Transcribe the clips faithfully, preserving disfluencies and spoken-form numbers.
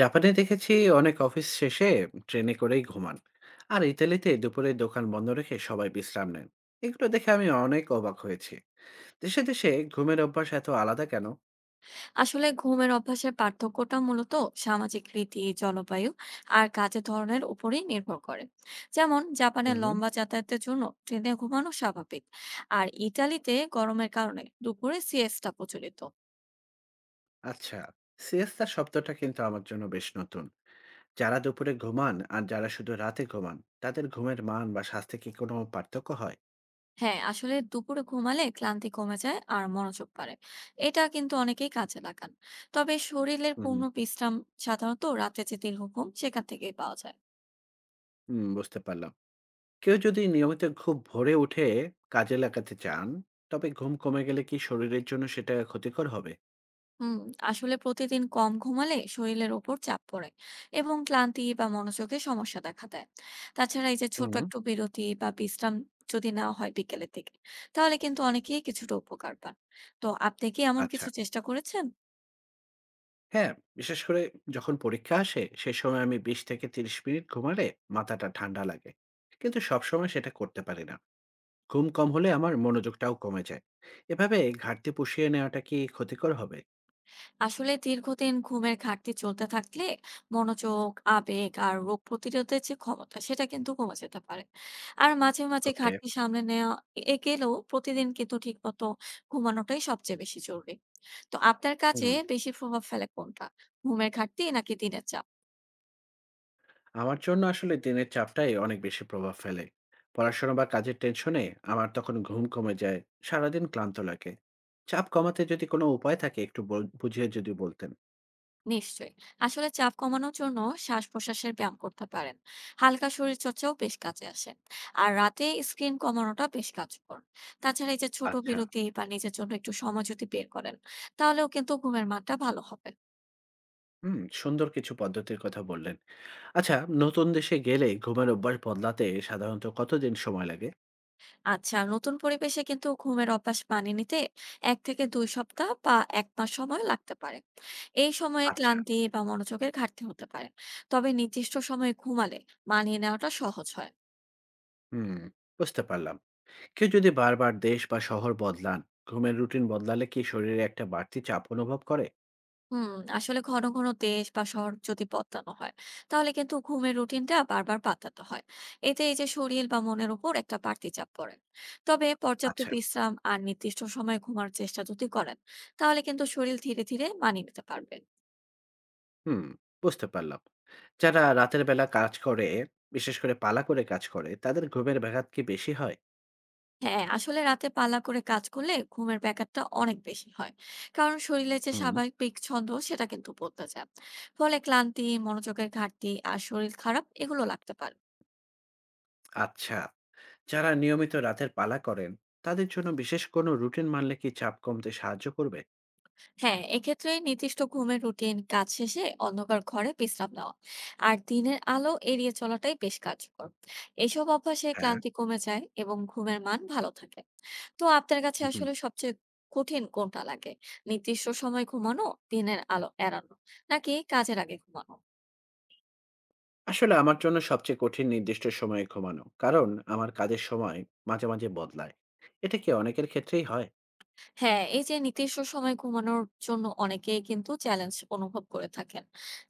জাপানে দেখেছি অনেক অফিস শেষে ট্রেনে করেই ঘুমান। আর ইতালিতে দুপুরে দোকান বন্ধ রেখে সবাই বিশ্রাম নেন। এগুলো দেখে আমি অনেক অবাক হয়েছি। দেশে দেশে ঘুমের অভ্যাস এত আলাদা কেন? আসলে ঘুমের অভ্যাসের পার্থক্যটা মূলত সামাজিক রীতি, জলবায়ু আর কাজের ধরনের উপরেই নির্ভর করে। যেমন, জাপানে হুম। লম্বা যাতায়াতের জন্য ট্রেনে ঘুমানো স্বাভাবিক, আর ইতালিতে গরমের কারণে দুপুরে সিয়েস্টা প্রচলিত। আচ্ছা, সিয়েস্তা শব্দটা কিন্তু আমার জন্য বেশ নতুন। যারা দুপুরে ঘুমান আর যারা শুধু রাতে ঘুমান, তাদের ঘুমের মান বা স্বাস্থ্যে কি কোনো পার্থক্য হয়? হ্যাঁ, আসলে দুপুরে ঘুমালে ক্লান্তি কমে যায় আর মনোযোগ বাড়ে। এটা কিন্তু অনেকেই কাজে লাগান। তবে শরীরের হুম। পূর্ণ বিশ্রাম সাধারণত রাতে যে দীর্ঘ ঘুম, সেখান থেকেই পাওয়া যায়। হুম, বুঝতে পারলাম। কেউ যদি নিয়মিত খুব ভোরে উঠে কাজে লাগাতে চান, তবে ঘুম কমে গেলে কি শরীরের জন্য সেটা ক্ষতিকর হবে? হুম, আসলে প্রতিদিন কম ঘুমালে শরীরের ওপর চাপ পড়ে এবং ক্লান্তি বা মনোযোগে সমস্যা দেখা দেয়। তাছাড়া এই যে ছোট হুম। একটু বিরতি বা বিশ্রাম, যদি নেওয়া হয় বিকেলের দিকে, তাহলে কিন্তু অনেকেই কিছুটা উপকার পান। তো, আপনি কি এমন আচ্ছা। কিছু চেষ্টা করেছেন? হ্যাঁ, বিশেষ করে যখন পরীক্ষা আসে, সে সময় আমি বিশ থেকে ত্রিশ মিনিট ঘুমালে মাথাটা ঠান্ডা লাগে। কিন্তু সবসময় সেটা করতে পারি না। ঘুম কম হলে আমার মনোযোগটাও কমে যায়। এভাবে ঘাটতি পুষিয়ে নেওয়াটা কি ক্ষতিকর হবে? আসলে দীর্ঘদিন ঘুমের ঘাটতি চলতে থাকলে মনোযোগ, আবেগ আর রোগ প্রতিরোধের যে ক্ষমতা, সেটা কিন্তু কমে যেতে পারে। আর মাঝে মাঝে ওকে। ঘাটতি সামলে নেওয়া এ গেলেও, প্রতিদিন কিন্তু ঠিক মতো ঘুমানোটাই সবচেয়ে বেশি জরুরি। তো আপনার কাজে হুম, বেশি প্রভাব ফেলে কোনটা, ঘুমের ঘাটতি নাকি দিনের চাপ? আমার জন্য আসলে দিনের চাপটাই অনেক বেশি প্রভাব ফেলে। পড়াশোনা বা কাজের টেনশনে আমার তখন ঘুম কমে যায়, সারাদিন ক্লান্ত লাগে। চাপ কমাতে যদি কোনো উপায় থাকে, একটু বল বুঝিয়ে যদি বলতেন। নিশ্চয়ই। আসলে চাপ কমানোর জন্য শ্বাস প্রশ্বাসের ব্যায়াম করতে পারেন, হালকা শরীর চর্চাও বেশ কাজে আসে, আর রাতে স্ক্রিন কমানোটা বেশ কার্যকর। তাছাড়া এই যে ছোট আচ্ছা। বিরতি বা নিজের জন্য একটু সময় যদি বের করেন, তাহলেও কিন্তু ঘুমের মানটা ভালো হবে। হুম, সুন্দর কিছু পদ্ধতির কথা বললেন। আচ্ছা, নতুন দেশে গেলে ঘুমের অভ্যাস বদলাতে সাধারণত কতদিন সময় লাগে? আচ্ছা, নতুন পরিবেশে কিন্তু ঘুমের অভ্যাস মানিয়ে নিতে এক থেকে দুই সপ্তাহ বা এক মাস সময় লাগতে পারে। এই সময়ে আচ্ছা। ক্লান্তি বা মনোযোগের ঘাটতি হতে পারে। তবে নির্দিষ্ট সময়ে ঘুমালে মানিয়ে নেওয়াটা সহজ হয়। হুম, বুঝতে পারলাম। কেউ যদি বারবার দেশ বা শহর বদলান, ঘুমের রুটিন বদলালে কি শরীরে একটা বাড়তি চাপ অনুভব করে? হুম, আসলে ঘন ঘন দেশ বা শহর যদি বদলানো হয়, তাহলে কিন্তু ঘুমের রুটিনটা বারবার পাল্টাতে হয়। এতে এই যে শরীর বা মনের উপর একটা বাড়তি চাপ পড়ে। তবে পর্যাপ্ত আচ্ছা। বিশ্রাম আর নির্দিষ্ট সময়ে ঘুমার চেষ্টা যদি করেন, তাহলে কিন্তু শরীর ধীরে ধীরে মানিয়ে নিতে পারবে। হুম, বুঝতে পারলাম। যারা রাতের বেলা কাজ করে, বিশেষ করে পালা করে কাজ করে, তাদের ঘুমের ব্যাঘাত কি বেশি হয়? হ্যাঁ, আসলে রাতে পালা করে কাজ করলে ঘুমের ব্যাঘাতটা অনেক বেশি হয়। কারণ শরীরের যে হুম। স্বাভাবিক ছন্দ, সেটা কিন্তু বদলে যায়। ফলে ক্লান্তি, মনোযোগের ঘাটতি আর শরীর খারাপ, এগুলো লাগতে পারে। আচ্ছা। যারা নিয়মিত রাতের পালা করেন, তাদের জন্য বিশেষ কোনো রুটিন মানলে কি চাপ কমতে সাহায্য করবে? হ্যাঁ, এক্ষেত্রে নির্দিষ্ট ঘুমের রুটিন, কাজ শেষে অন্ধকার ঘরে বিশ্রাম নেওয়া আর দিনের আলো এড়িয়ে চলাটাই বেশ কার্যকর। এসব অভ্যাসে হ্যাঁ। ক্লান্তি কমে যায় এবং ঘুমের মান ভালো থাকে। তো আপনার কাছে হুম। আসলে সবচেয়ে কঠিন কোনটা লাগে, নির্দিষ্ট সময় ঘুমানো, দিনের আলো এড়ানো, নাকি কাজের আগে ঘুমানো? আসলে আমার জন্য সবচেয়ে কঠিন নির্দিষ্ট সময়ে ঘুমানো। কারণ আমার কাজের সময় মাঝে, মাঝে বদলায়। এটা কি অনেকের ক্ষেত্রেই হয়? হ্যাঁ, এই যে নির্দিষ্ট সময়ে ঘুমানোর জন্য অনেকেই কিন্তু চ্যালেঞ্জ অনুভব করে থাকেন।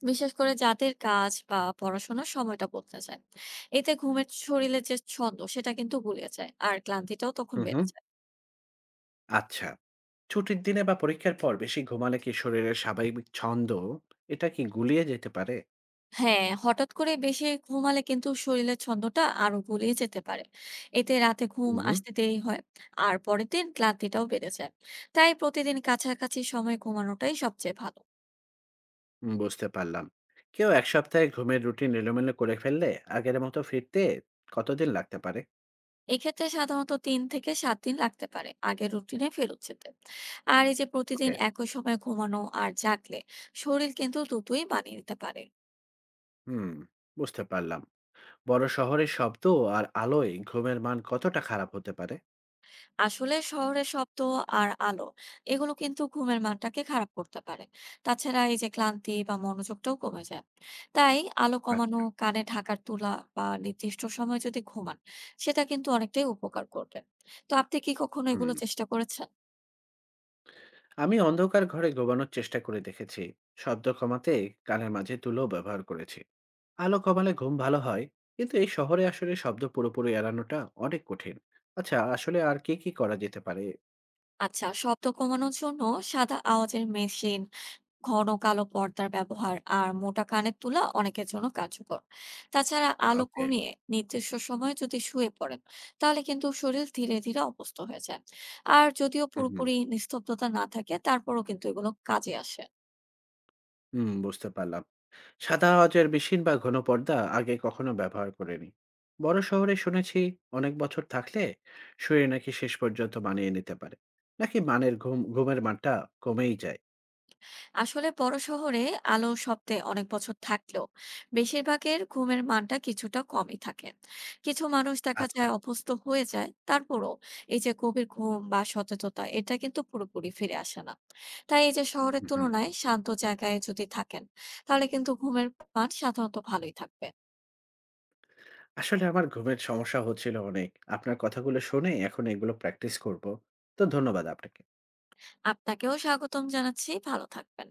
বিশেষ করে যাদের কাজ বা পড়াশোনার সময়টা বদলে যায়। এতে ঘুমের শরীরের যে ছন্দ, সেটা কিন্তু গুলিয়ে যায়। আর ক্লান্তিটাও তখন হুম, বেড়ে হুম। যায়। আচ্ছা। ছুটির দিনে বা পরীক্ষার পর বেশি ঘুমালে কি শরীরের স্বাভাবিক ছন্দ এটা কি গুলিয়ে যেতে পারে? হ্যাঁ, হঠাৎ করে বেশি ঘুমালে কিন্তু শরীরের ছন্দটা আরো গুলিয়ে যেতে পারে। এতে রাতে ঘুম হুম, হুম। আসতে দেরি হয়। আর পরের দিন ক্লান্তিটাও বেড়ে যায়। তাই প্রতিদিন কাছাকাছি সময়ে ঘুমানোটাই সবচেয়ে ভালো। উম বুঝতে পারলাম। কেউ এক সপ্তাহে ঘুমের রুটিন এলোমেলো করে ফেললে আগের মতো ফিরতে কতদিন লাগতে পারে? এক্ষেত্রে সাধারণত তিন থেকে সাত দিন লাগতে পারে আগের রুটিনে ফেরত যেতে। আর এই যে প্রতিদিন ওকে। একই সময়ে ঘুমানো আর জাগলে, শরীর কিন্তু দ্রুতই মানিয়ে নিতে পারে। হুম, বুঝতে পারলাম। বড় শহরের শব্দ আর আলোয় ঘুমের মান কতটা খারাপ হতে পারে? আসলে শহরের শব্দ আর আলো, এগুলো কিন্তু ঘুমের মানটাকে খারাপ করতে পারে। তাছাড়া এই যে ক্লান্তি বা মনোযোগটাও কমে যায়। তাই আলো কমানো, আচ্ছা। কানে ঢাকার তুলা, বা নির্দিষ্ট সময়ে যদি ঘুমান, সেটা কিন্তু অনেকটাই উপকার করবে। তো আপনি কি কখনো এগুলো হুম। চেষ্টা করেছেন? আমি অন্ধকার ঘরে ঘুমানোর চেষ্টা করে দেখেছি, শব্দ কমাতে কানের মাঝে তুলো ব্যবহার করেছি। আলো কমালে ঘুম ভালো হয়, কিন্তু এই শহরে আসলে শব্দ পুরোপুরি এড়ানোটা অনেক কঠিন। আচ্ছা, আসলে আর কি কি করা যেতে পারে? আচ্ছা, শব্দ কমানোর জন্য সাদা আওয়াজের মেশিন, ঘন কালো পর্দার ব্যবহার আর মোটা কানের তুলা অনেকের জন্য কার্যকর। তাছাড়া আলো ওকে। কমিয়ে নির্দিষ্ট সময়ে যদি শুয়ে পড়েন, তাহলে কিন্তু শরীর ধীরে ধীরে অভ্যস্ত হয়ে যায়। আর যদিও হুম হুম। পুরোপুরি নিস্তব্ধতা না থাকে, তারপরও কিন্তু এগুলো কাজে আসে। হুম, বুঝতে পারলাম। সাদা আওয়াজের মেশিন বা ঘন পর্দা আগে কখনো ব্যবহার করিনি। বড় শহরে শুনেছি অনেক বছর থাকলে শরীর নাকি শেষ পর্যন্ত মানিয়ে নিতে পারে, নাকি মানের ঘুম ঘুমের মানটা কমেই যায়? আসলে বড় শহরে আলো শব্দে অনেক বছর থাকলেও, বেশিরভাগের ঘুমের মানটা কিছুটা কমই থাকে। কিছু মানুষ দেখা আচ্ছা। যায় অভ্যস্ত হয়ে যায়, তারপরও এই যে গভীর ঘুম বা সচেতনতা, এটা কিন্তু পুরোপুরি ফিরে আসে না। তাই এই যে শহরের হুম হুম। তুলনায় শান্ত জায়গায় যদি থাকেন, তাহলে কিন্তু ঘুমের মান সাধারণত ভালোই থাকবে। আসলে আমার ঘুমের সমস্যা হচ্ছিল অনেক। আপনার কথাগুলো শুনে এখন এগুলো প্র্যাকটিস করব। তো ধন্যবাদ আপনাকে। আপনাকেও স্বাগতম জানাচ্ছি, ভালো থাকবেন।